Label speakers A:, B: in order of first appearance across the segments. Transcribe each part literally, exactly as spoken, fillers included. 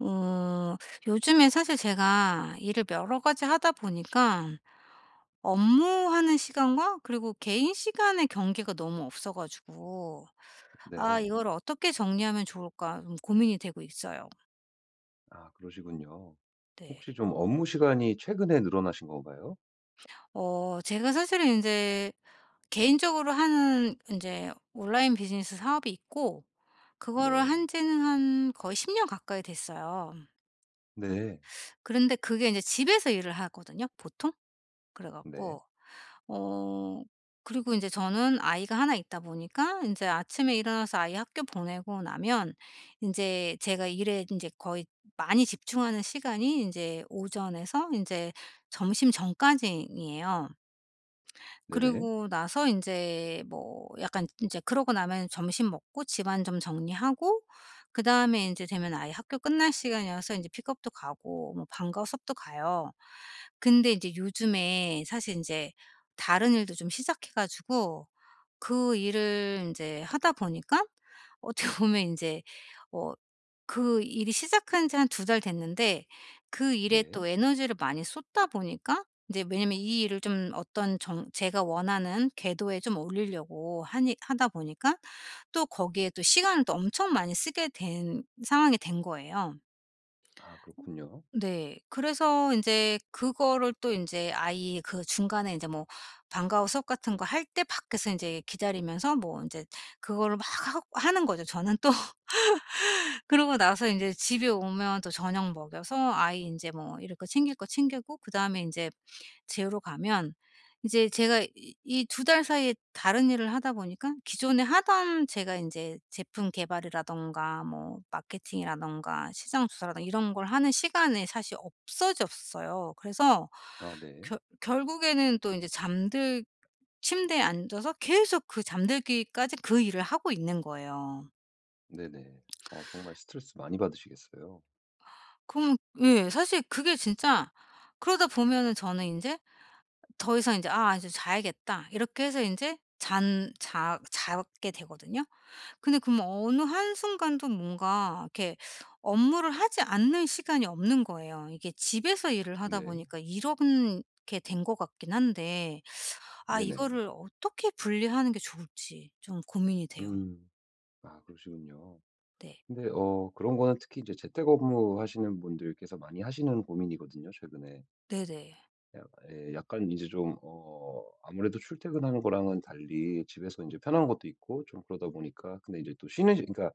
A: 어 요즘에 사실 제가 일을 여러 가지 하다 보니까 업무하는 시간과 그리고 개인 시간의 경계가 너무 없어 가지고 '아
B: 네.
A: 이걸 어떻게 정리하면 좋을까.' 좀 고민이 되고 있어요.
B: 아 그러시군요.
A: 네.
B: 혹시 좀 업무 시간이 최근에 늘어나신 건가요?
A: 어 제가 사실은 이제 개인적으로 하는 이제 온라인 비즈니스 사업이 있고, 그거를
B: 네.
A: 한 지는 한 거의 십 년 가까이 됐어요.
B: 네.
A: 그런데 그게 이제 집에서 일을 하거든요 보통. 그래
B: 네.
A: 갖고 어 그리고 이제 저는 아이가 하나 있다 보니까 이제 아침에 일어나서 아이 학교 보내고 나면 이제 제가 일에 이제 거의 많이 집중하는 시간이 이제 오전에서 이제 점심 전까지예요.
B: 네네.
A: 그리고 나서 인제 뭐 약간 인제 그러고 나면 점심 먹고 집안 좀 정리하고, 그다음에 인제 되면 아이 학교 끝날 시간이어서 인제 픽업도 가고 뭐 방과 후 수업도 가요. 근데 인제 요즘에 사실 인제 다른 일도 좀 시작해 가지고 그 일을 인제 하다 보니까 어떻게 보면 인제 어 그 일이 시작한 지 한 두 달 됐는데, 그 일에
B: 네.
A: 또 에너지를 많이 쏟다 보니까 인제, 왜냐면 이 일을 좀 어떤 정 제가 원하는 궤도에 좀 올리려고 하니 하다 보니까 또 거기에 또 시간을 또 엄청 많이 쓰게 된 상황이 된 거예요.
B: 아 그렇군요.
A: 네. 그래서 인제 그거를 또 인제 아이 그 중간에 인제 뭐 방과후 수업 같은 거 할 때 밖에서 인제 기다리면서 뭐 인제 그거를 막 하고 하는 거죠. 저는 또. 그러고 나서 인제 집에 오면 또 저녁 먹여서 아이 인제 뭐 이럴 거 챙길 거 챙기고 그다음에 인제 재우러 가면 이제 제가 이 이 두 달 사이에 다른 일을 하다 보니까 기존에 하던 제가 인제 제품 개발이라든가 뭐 마케팅이라든가 시장 조사라든가 이런 걸 하는 시간이 사실 없어졌어요. 그래서
B: 아 네.
A: 결 결국에는 또 인제 잠들 침대에 앉아서 계속 그 잠들기까지 그 일을 하고 있는 거예요.
B: 네네. 어 정말 스트레스 많이 받으시겠어요.
A: 그럼 예. 사실 그게 진짜 그러다 보면은 저는 인제 더 이상 인제 '아 이제 자야겠다.' 이렇게 해서 인제 잔 자 자게 되거든요. 근데 그럼 어느 한순간도 뭔가 이렇게 업무를 하지 않는 시간이 없는 거예요. 이게 집에서 일을 하다
B: 네.
A: 보니까 이런 게 된 것 같긴 한데, 아
B: 네네.
A: 이거를 어떻게 분리하는 게 좋을지 좀 고민이 돼요.
B: 음. 아 그러시군요.
A: 네.
B: 근데 어 그런 거는 특히 이제 재택업무 하시는 분들께서 많이 하시는 고민이거든요, 최근에.
A: 네네.
B: 약 예, 약간 이제 좀 어 아무래도 출퇴근하는 거랑은 달리 집에서 이제 편한 것도 있고 좀 그러다 보니까, 근데 이제 또 쉬는 시 그러니까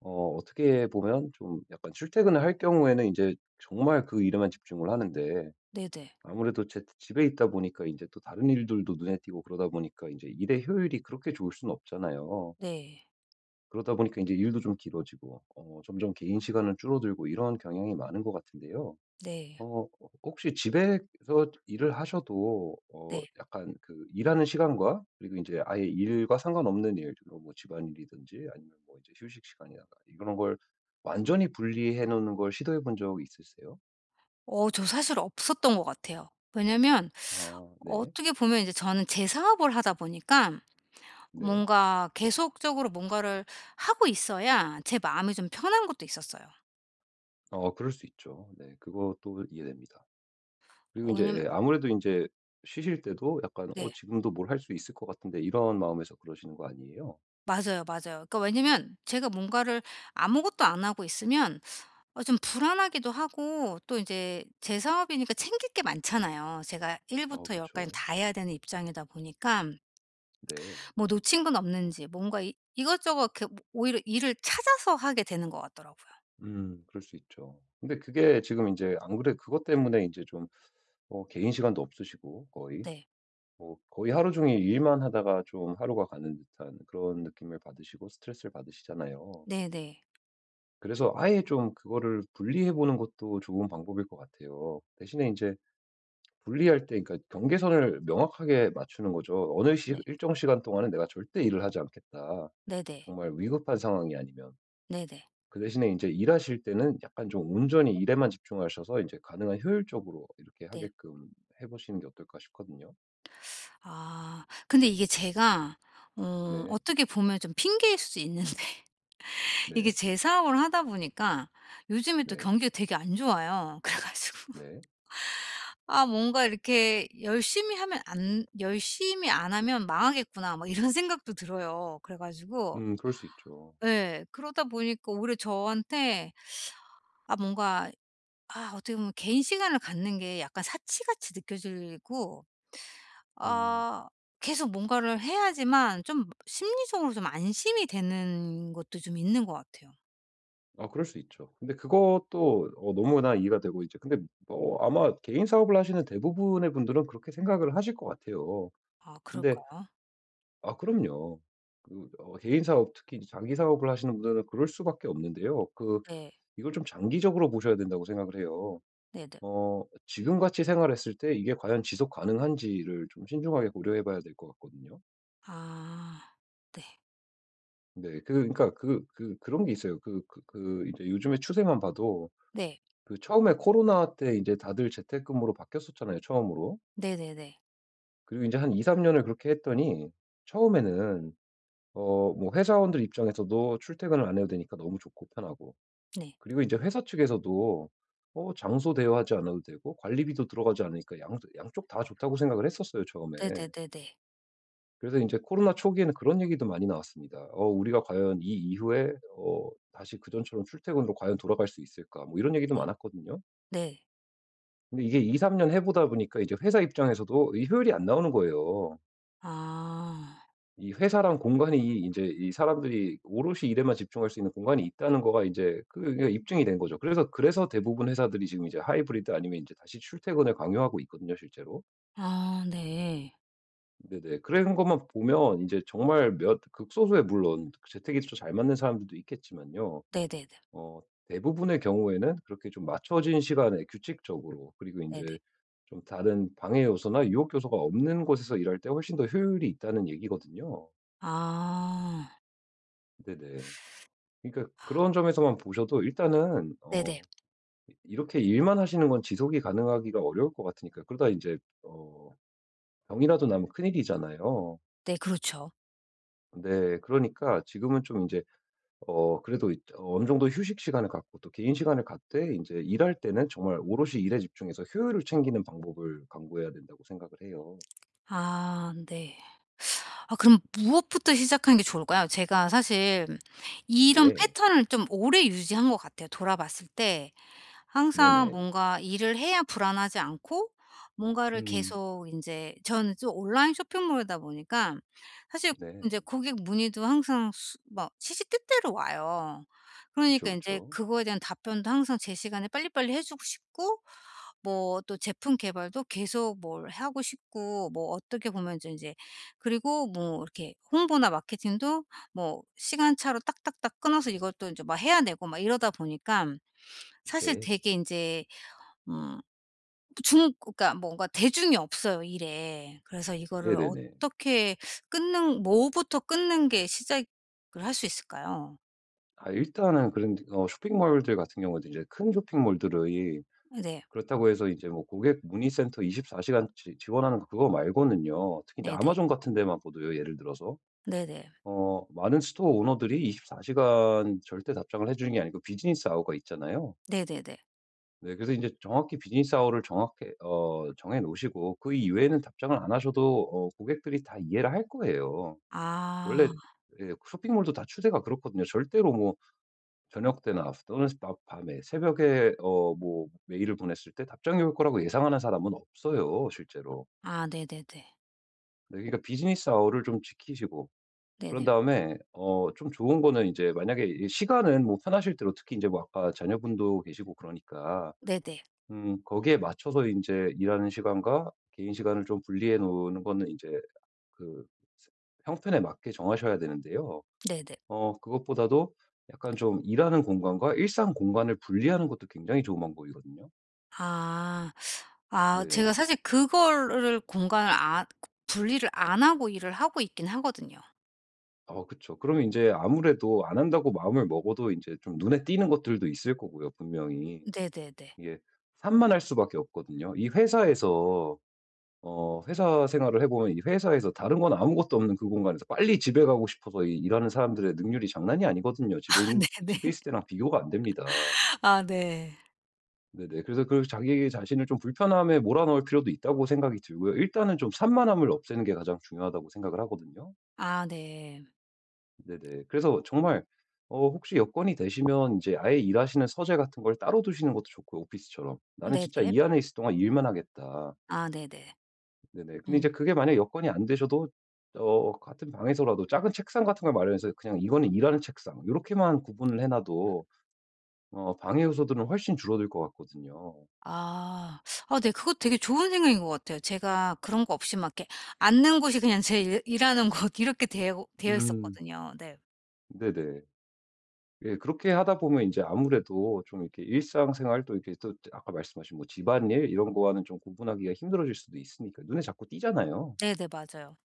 B: 어 어떻게 보면 좀 약간 출퇴근을 할 경우에는 이제 정말 그 일에만 집중을 하는데,
A: 네네.
B: 아무래도 제 집에 있다 보니까 이제 또 다른 일들도 눈에 띄고 그러다 보니까 이제 일의 효율이 그렇게 좋을 수는 없잖아요.
A: 네.
B: 그러다 보니까 이제 일도 좀 길어지고 어 점점 개인 시간은 줄어들고 이런 경향이 많은 것 같은데요.
A: 네.
B: 어 혹시 집에서 일을 하셔도 어
A: 네.
B: 약간 그 일하는 시간과 그리고 이제 아예 일과 상관없는 일 주로 뭐 집안일이든지 아니면 뭐 이제 휴식 시간이나 이런 걸 완전히 분리해 놓는 걸 시도해 본 적 있으세요?
A: 어 저 사실 없었던 것 같아요. 왜냐면
B: 아 네.
A: 어떻게 보면 이제 저는 제 사업을 하다 보니까
B: 네.
A: 뭔가 계속적으로 뭔가를 하고 있어야 제 마음이 좀 편한 것도 있었어요.
B: 어 그럴 수 있죠. 네. 그것도 이해됩니다. 그리고
A: 어
B: 이제
A: 왜냐면.
B: 예 아무래도 이제 쉬실 때도 약간 '어
A: 네.
B: 지금도 뭘 할 수 있을 것 같은데.' 이런 마음에서 그러시는 거 아니에요?
A: 맞아요, 맞아요. 그러니까 왜냐면 제가 뭔가를 아무것도 안 하고 있으면 어 좀 불안하기도 하고 또 이제 제 사업이니까 챙길 게 많잖아요. 제가 일
B: 어
A: 부터 십 까지
B: 그쵸.
A: 다 해야 되는 입장이다 보니까
B: 네.
A: 뭐 놓친 건 없는지 뭔가 이 이것저것 이렇게 뭐 오히려 일을 찾아서 하게 되는 것 같더라고요.
B: 음 그럴 수 있죠. 근데 그게 지금 이제 안 그래 그것 때문에 이제 좀 어 개인 시간도 없으시고 거의
A: 네.
B: 뭐 거의 하루 종일 일만 하다가 좀 하루가 가는 듯한 그런 느낌을 받으시고 스트레스를 받으시잖아요.
A: 네네.
B: 그래서 아예 좀 그거를 분리해 보는 것도 좋은 방법일 것 같아요. 대신에 이제 분리할 때 그러니까 경계선을 명확하게 맞추는 거죠. 어느 시
A: 네.
B: 일정 시간 동안은 내가 절대 일을 하지 않겠다.
A: 네네.
B: 정말 위급한 상황이 아니면.
A: 네네.
B: 그 대신에 이제 일하실 때는 약간 좀 온전히 일에만 집중하셔서 이제 가능한 효율적으로 이렇게
A: 네.
B: 하게끔 해 보시는 게 어떨까 싶거든요.
A: 아 근데 이게 제가 어
B: 네.
A: 어떻게 보면 좀 핑계일 수 있는데 이게
B: 네.
A: 제 사업을 하다 보니까 요즘에 또
B: 네.
A: 경기가 되게 안 좋아요. 그래 가지고
B: 네.
A: '아 뭔가 이렇게 열심히 하면 안 열심히 안 하면 망하겠구나.' 막 이런 생각도 들어요. 그래 가지고
B: 음 그럴 수 있죠.
A: 예. 그러다 보니까 오히려 저한테 아 뭔가, 아 어떻게 보면 개인 시간을 갖는 게 약간 사치같이 느껴지고,
B: 음.
A: 아 계속 뭔가를 해야지만 좀 심리적으로 좀 안심이 되는 것도 좀 있는 것 같아요.
B: 아 그럴 수 있죠. 근데 그것도 어 너무나 이해가 되고 이제 근데 뭐 아마 개인 사업을 하시는 대부분의 분들은 그렇게 생각을 하실 것 같아요.
A: 아
B: 근데
A: 그럴까요?
B: 아 그럼요. 그 어 개인 사업 특히 이제 장기 사업을 하시는 분들은 그럴 수밖에 없는데요. 그
A: 네.
B: 이걸 좀 장기적으로 보셔야 된다고 생각을 해요.
A: 네네.
B: 어 지금 같이 생활했을 때 이게 과연 지속 가능한지를 좀 신중하게 고려해 봐야 될 것 같거든요.
A: 아 네.
B: 네. 그 그러니까 그 그 그런 게 있어요. 그 그 그 이제 요즘에 추세만 봐도
A: 네.
B: 그 처음에 코로나 때 이제 다들 재택근무로 바뀌었었잖아요, 처음으로.
A: 네네네.
B: 그리고 이제한 이삼 년을 그렇게 했더니 처음에는 어 뭐 회사원들 입장에서도 출퇴근을 안 해도 되니까 너무 좋고 편하고,
A: 네.
B: 그리고 이제 회사 측에서도 어 장소 대여하지 않아도 되고 관리비도 들어가지 않으니까 양 양쪽 다 좋다고 생각을 했었어요, 처음에.
A: 네네네 네.
B: 그래서 이제 코로나 초기에는 그런 얘기도 많이 나왔습니다. "어 우리가 과연 이 이후에 어 다시 그전처럼 출퇴근으로 과연 돌아갈 수 있을까?" 뭐 이런 얘기도
A: 네.
B: 많았거든요.
A: 네.
B: 근데 이게 이삼 년 해 보다 보니까 이제 회사 입장에서도 이 효율이 안 나오는 거예요.
A: 아.
B: 이 회사랑 공간이 이제 이 사람들이 오롯이 일에만 집중할 수 있는 공간이 있다는 거가 이제 그게 입증이 된 거죠. 그래서 그래서 대부분 회사들이 지금 이제 하이브리드 아니면 이제 다시 출퇴근을 강요하고 있거든요, 실제로.
A: 아 네.
B: 네네. 그런 것만 보면 이제 정말 몇 극소수의 물론 재택이 좀 잘 맞는 사람들도 있겠지만요.
A: 네네네.
B: 어 대부분의 경우에는 그렇게 좀 맞춰진 시간에 규칙적으로 그리고 이
A: 네네.
B: 제 좀 다른 방해 요소나 유혹 요소가 없는 곳에서 일할 때 훨씬 더 효율이 있다는 얘기거든요.
A: 아.
B: 네네. 그러니까 그런 점에서만 보셔도 일단은
A: 네네.
B: 어 이렇게 일만 하시는 건 지속이 가능하기가 어려울 것 같으니까, 그러다 이제 어 병이라도 나면 큰일이잖아요.
A: 네 그렇죠.
B: 네. 그러니까 지금은 좀이제 어 그래도 이 어 어느 정도 휴식 시간을 갖고 또 개인 시간을 갖되 이제 일할 때는 정말 오롯이 일에 집중해서 효율을 챙기는 방법을 강구해야 된다고 생각을 해요.
A: 아 네. 아 그럼 무엇부터 시작하는 게 좋을까요? 제가 사실 이런
B: 네.
A: 패턴을 좀 오래 유지한 것 같아요. 돌아봤을 때 항상
B: 네네.
A: 뭔가 일을 해야 불안하지 않고 뭔가를
B: 음.
A: 계속 이제 저는 좀 온라인 쇼핑몰이다 보니까 사실 이
B: 네.
A: 제 고객 문의도 항상 수 막 시시때때로 와요. 그러니까
B: 그쵸,
A: 이제
B: 그쵸.
A: 그거에 대한 답변도 항상 제 시간에 빨리빨리 해 주고 싶고, 뭐 또 제품 개발도 계속 뭘 하고 싶고, 뭐 어떻게 보면 이제 제 그리고 뭐 이렇게 홍보나 마케팅도 뭐 시간차로 딱딱딱 끊어서 이것도 이제 막 해야 되고 막 이러다 보니까 사실
B: 네.
A: 되게 인제 음 중 그러니까 뭔가 대중이 없어요 일에. 그래서 이거를
B: 네네네.
A: 어떻게 끊는 뭐부터 끊는 게 시작을 할 수 있을까요?
B: 아 일단은 그런 어 쇼핑몰들 같은 경우에도 이제 큰 쇼핑몰들의,
A: 네.
B: 그렇다고 해서 이제 뭐 고객 문의 센터 이십사 시간 지 지원하는 그거 말고는요. 특히 이제
A: 네네.
B: 아마존 같은 데만 보도요, 예를 들어서.
A: 네네.
B: 어 많은 스토어 오너들이 이십사 시간 절대 답장을 해 주는 게 아니고 비즈니스 아워가 있잖아요.
A: 네네네.
B: 네, 그래서 이제 정확히 비즈니스 아워를 정확히 어 정해 놓으시고 그 이외에는 답장을 안 하셔도 어 고객들이 다 이해를 할 거예요. 원래
A: 아.
B: 예 쇼핑몰도 다 추세가 그렇거든요. 절대로 뭐 저녁 때나 또는 밤- 밤에 새벽에 어 뭐 메일을 보냈을 때 답장이 올 거라고 예상하는 사람은 없어요, 실제로.
A: 아 네네네.
B: 네, 그러니까 비즈니스 아워를 좀 지키시고, 그런
A: 네네.
B: 다음에 어 좀 좋은 거는 이제 만약에 이 시간은 뭐 편하실 대로 특히 인제 뭐 아까 자녀분도 계시고 그러니까
A: 네네.
B: 음 거기에 맞춰서 인제 일하는 시간과 개인 시간을 좀 분리해 놓는 거는 인제 그 형편에 맞게 정하셔야 되는데요.
A: 네네.
B: 어 그것보다도 약간 좀 일하는 공간과 일상 공간을 분리하는 것도 굉장히 좋은 방법이거든요.
A: 아. 아
B: 네.
A: 제가 사실 그거를 공간을 안 분리를 안 하고 일을 하고 있긴 하거든요.
B: 어 그쵸. 그러면 인제 아무래도 안 한다고 마음을 먹어도 인제 좀 눈에 띄는 것들도 있을 거고요, 분명히.
A: 네네네.
B: 이게 산만할 수밖에 없거든요. 이 회사에서 어 회사 생활을 해 보면 이 회사에서 다른 건 아무것도 없는 그 공간에서 빨리 집에 가고 싶어서 이 일하는 사람들의 능률이 장난이 아니거든요. 집에 있는
A: 네네.
B: 집에 있을 때랑 비교가 안 됩니다.
A: 아 네.
B: 네네. 그래서 그 자기 자신을 좀 불편함에 몰아넣을 필요도 있다고 생각이 들고요. 일단은 좀 산만함을 없애는 게 가장 중요하다고 생각을 하거든요.
A: 아 네.
B: 네네. 그래서 정말 어 혹시 여건이 되시면 이제 아예 일하시는 서재 같은 걸 따로 두시는 것도 좋고요, 오피스처럼. '나는 진짜
A: 네네.
B: 이 안에 있을 동안 일만 하겠다.'
A: 아 네네.
B: 네네. 근데 이제
A: 음.
B: 그게 만약에 여건이 안 되셔도 어 같은 방에서라도 작은 책상 같은 걸 마련해서 그냥 이거는 일하는 책상 요렇게만 구분을 해 놔도 어 방해 요소들은 훨씬 줄어들 것 같거든요.
A: 아. 아 네 그거 되게 좋은 생각인 것 같아요. 제가 그런 거 없이 막 이렇게 앉는 곳이 그냥 제 일 일하는 곳 이렇게 되어 되어
B: 음.
A: 있었거든요. 네.
B: 네네. 예 그렇게 하다 보면 인제 아무래도 좀 이렇게 일상생활 또 이렇게 또 아까 말씀하신 뭐 집안일 이런 거와는 좀 구분하기가 힘들어질 수도 있으니까 눈에 자꾸 띄잖아요.
A: 네네. 맞아요.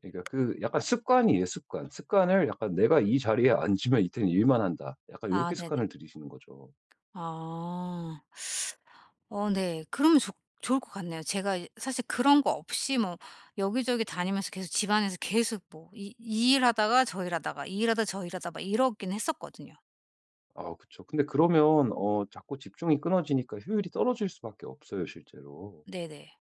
B: 그러니까 그 약간 습관이에요, 습관. 습관을 약간 '내가 이 자리에 앉으면 이때는 일만 한다.' 약간
A: 아
B: 요렇게
A: 네네.
B: 습관을 들이시는 거죠.
A: 아. 어 네. 그러면 좋 좋을 것 같네요. 제가 이 사실 그런 거 없이 뭐 여기저기 다니면서 계속 집안에서 계속 뭐 이 이 일 하다가 저 일 하다가 이 일 하다가 저 일 하다가 막 이러긴 했었거든요.
B: 아 그쵸. 근데 그러면 어 자꾸 집중이 끊어지니까 효율이 떨어질 수밖에 없어요, 실제로.
A: 네네.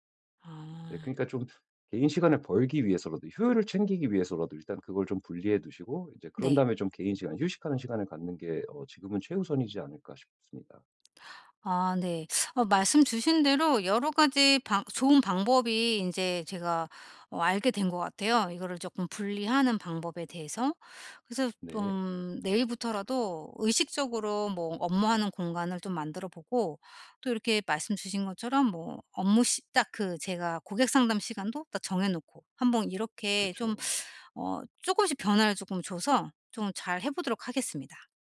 B: 네,
A: 아.
B: 그러니까 좀 개인 시간을 벌기 위해서라도 효율을 챙기기 위해서라도 일단 그걸 좀 분리해 두시고 이제 그런
A: 네.
B: 다음에 좀 개인 시간 휴식하는 시간을 갖는 게 어 지금은 최우선이지 않을까 싶습니다.
A: 아 네. 어 말씀 주신 대로 여러 가지 방 좋은 방법이 이제 제가 어 알게 된 것 같아요, 이거를 조금 분리하는 방법에 대해서. 그래서
B: 네.
A: 좀 내일부터라도 의식적으로 뭐 업무하는 공간을 좀 만들어 보고, 또 이렇게 말씀 주신 것처럼 뭐 업무 시 딱 그 제가 고객 상담 시간도 딱 정해 놓고 한번 이렇게 좀
B: 그쵸.
A: 어쪼씩 변화를 조금 줘서 좀 잘 해 보도록 하겠습니다.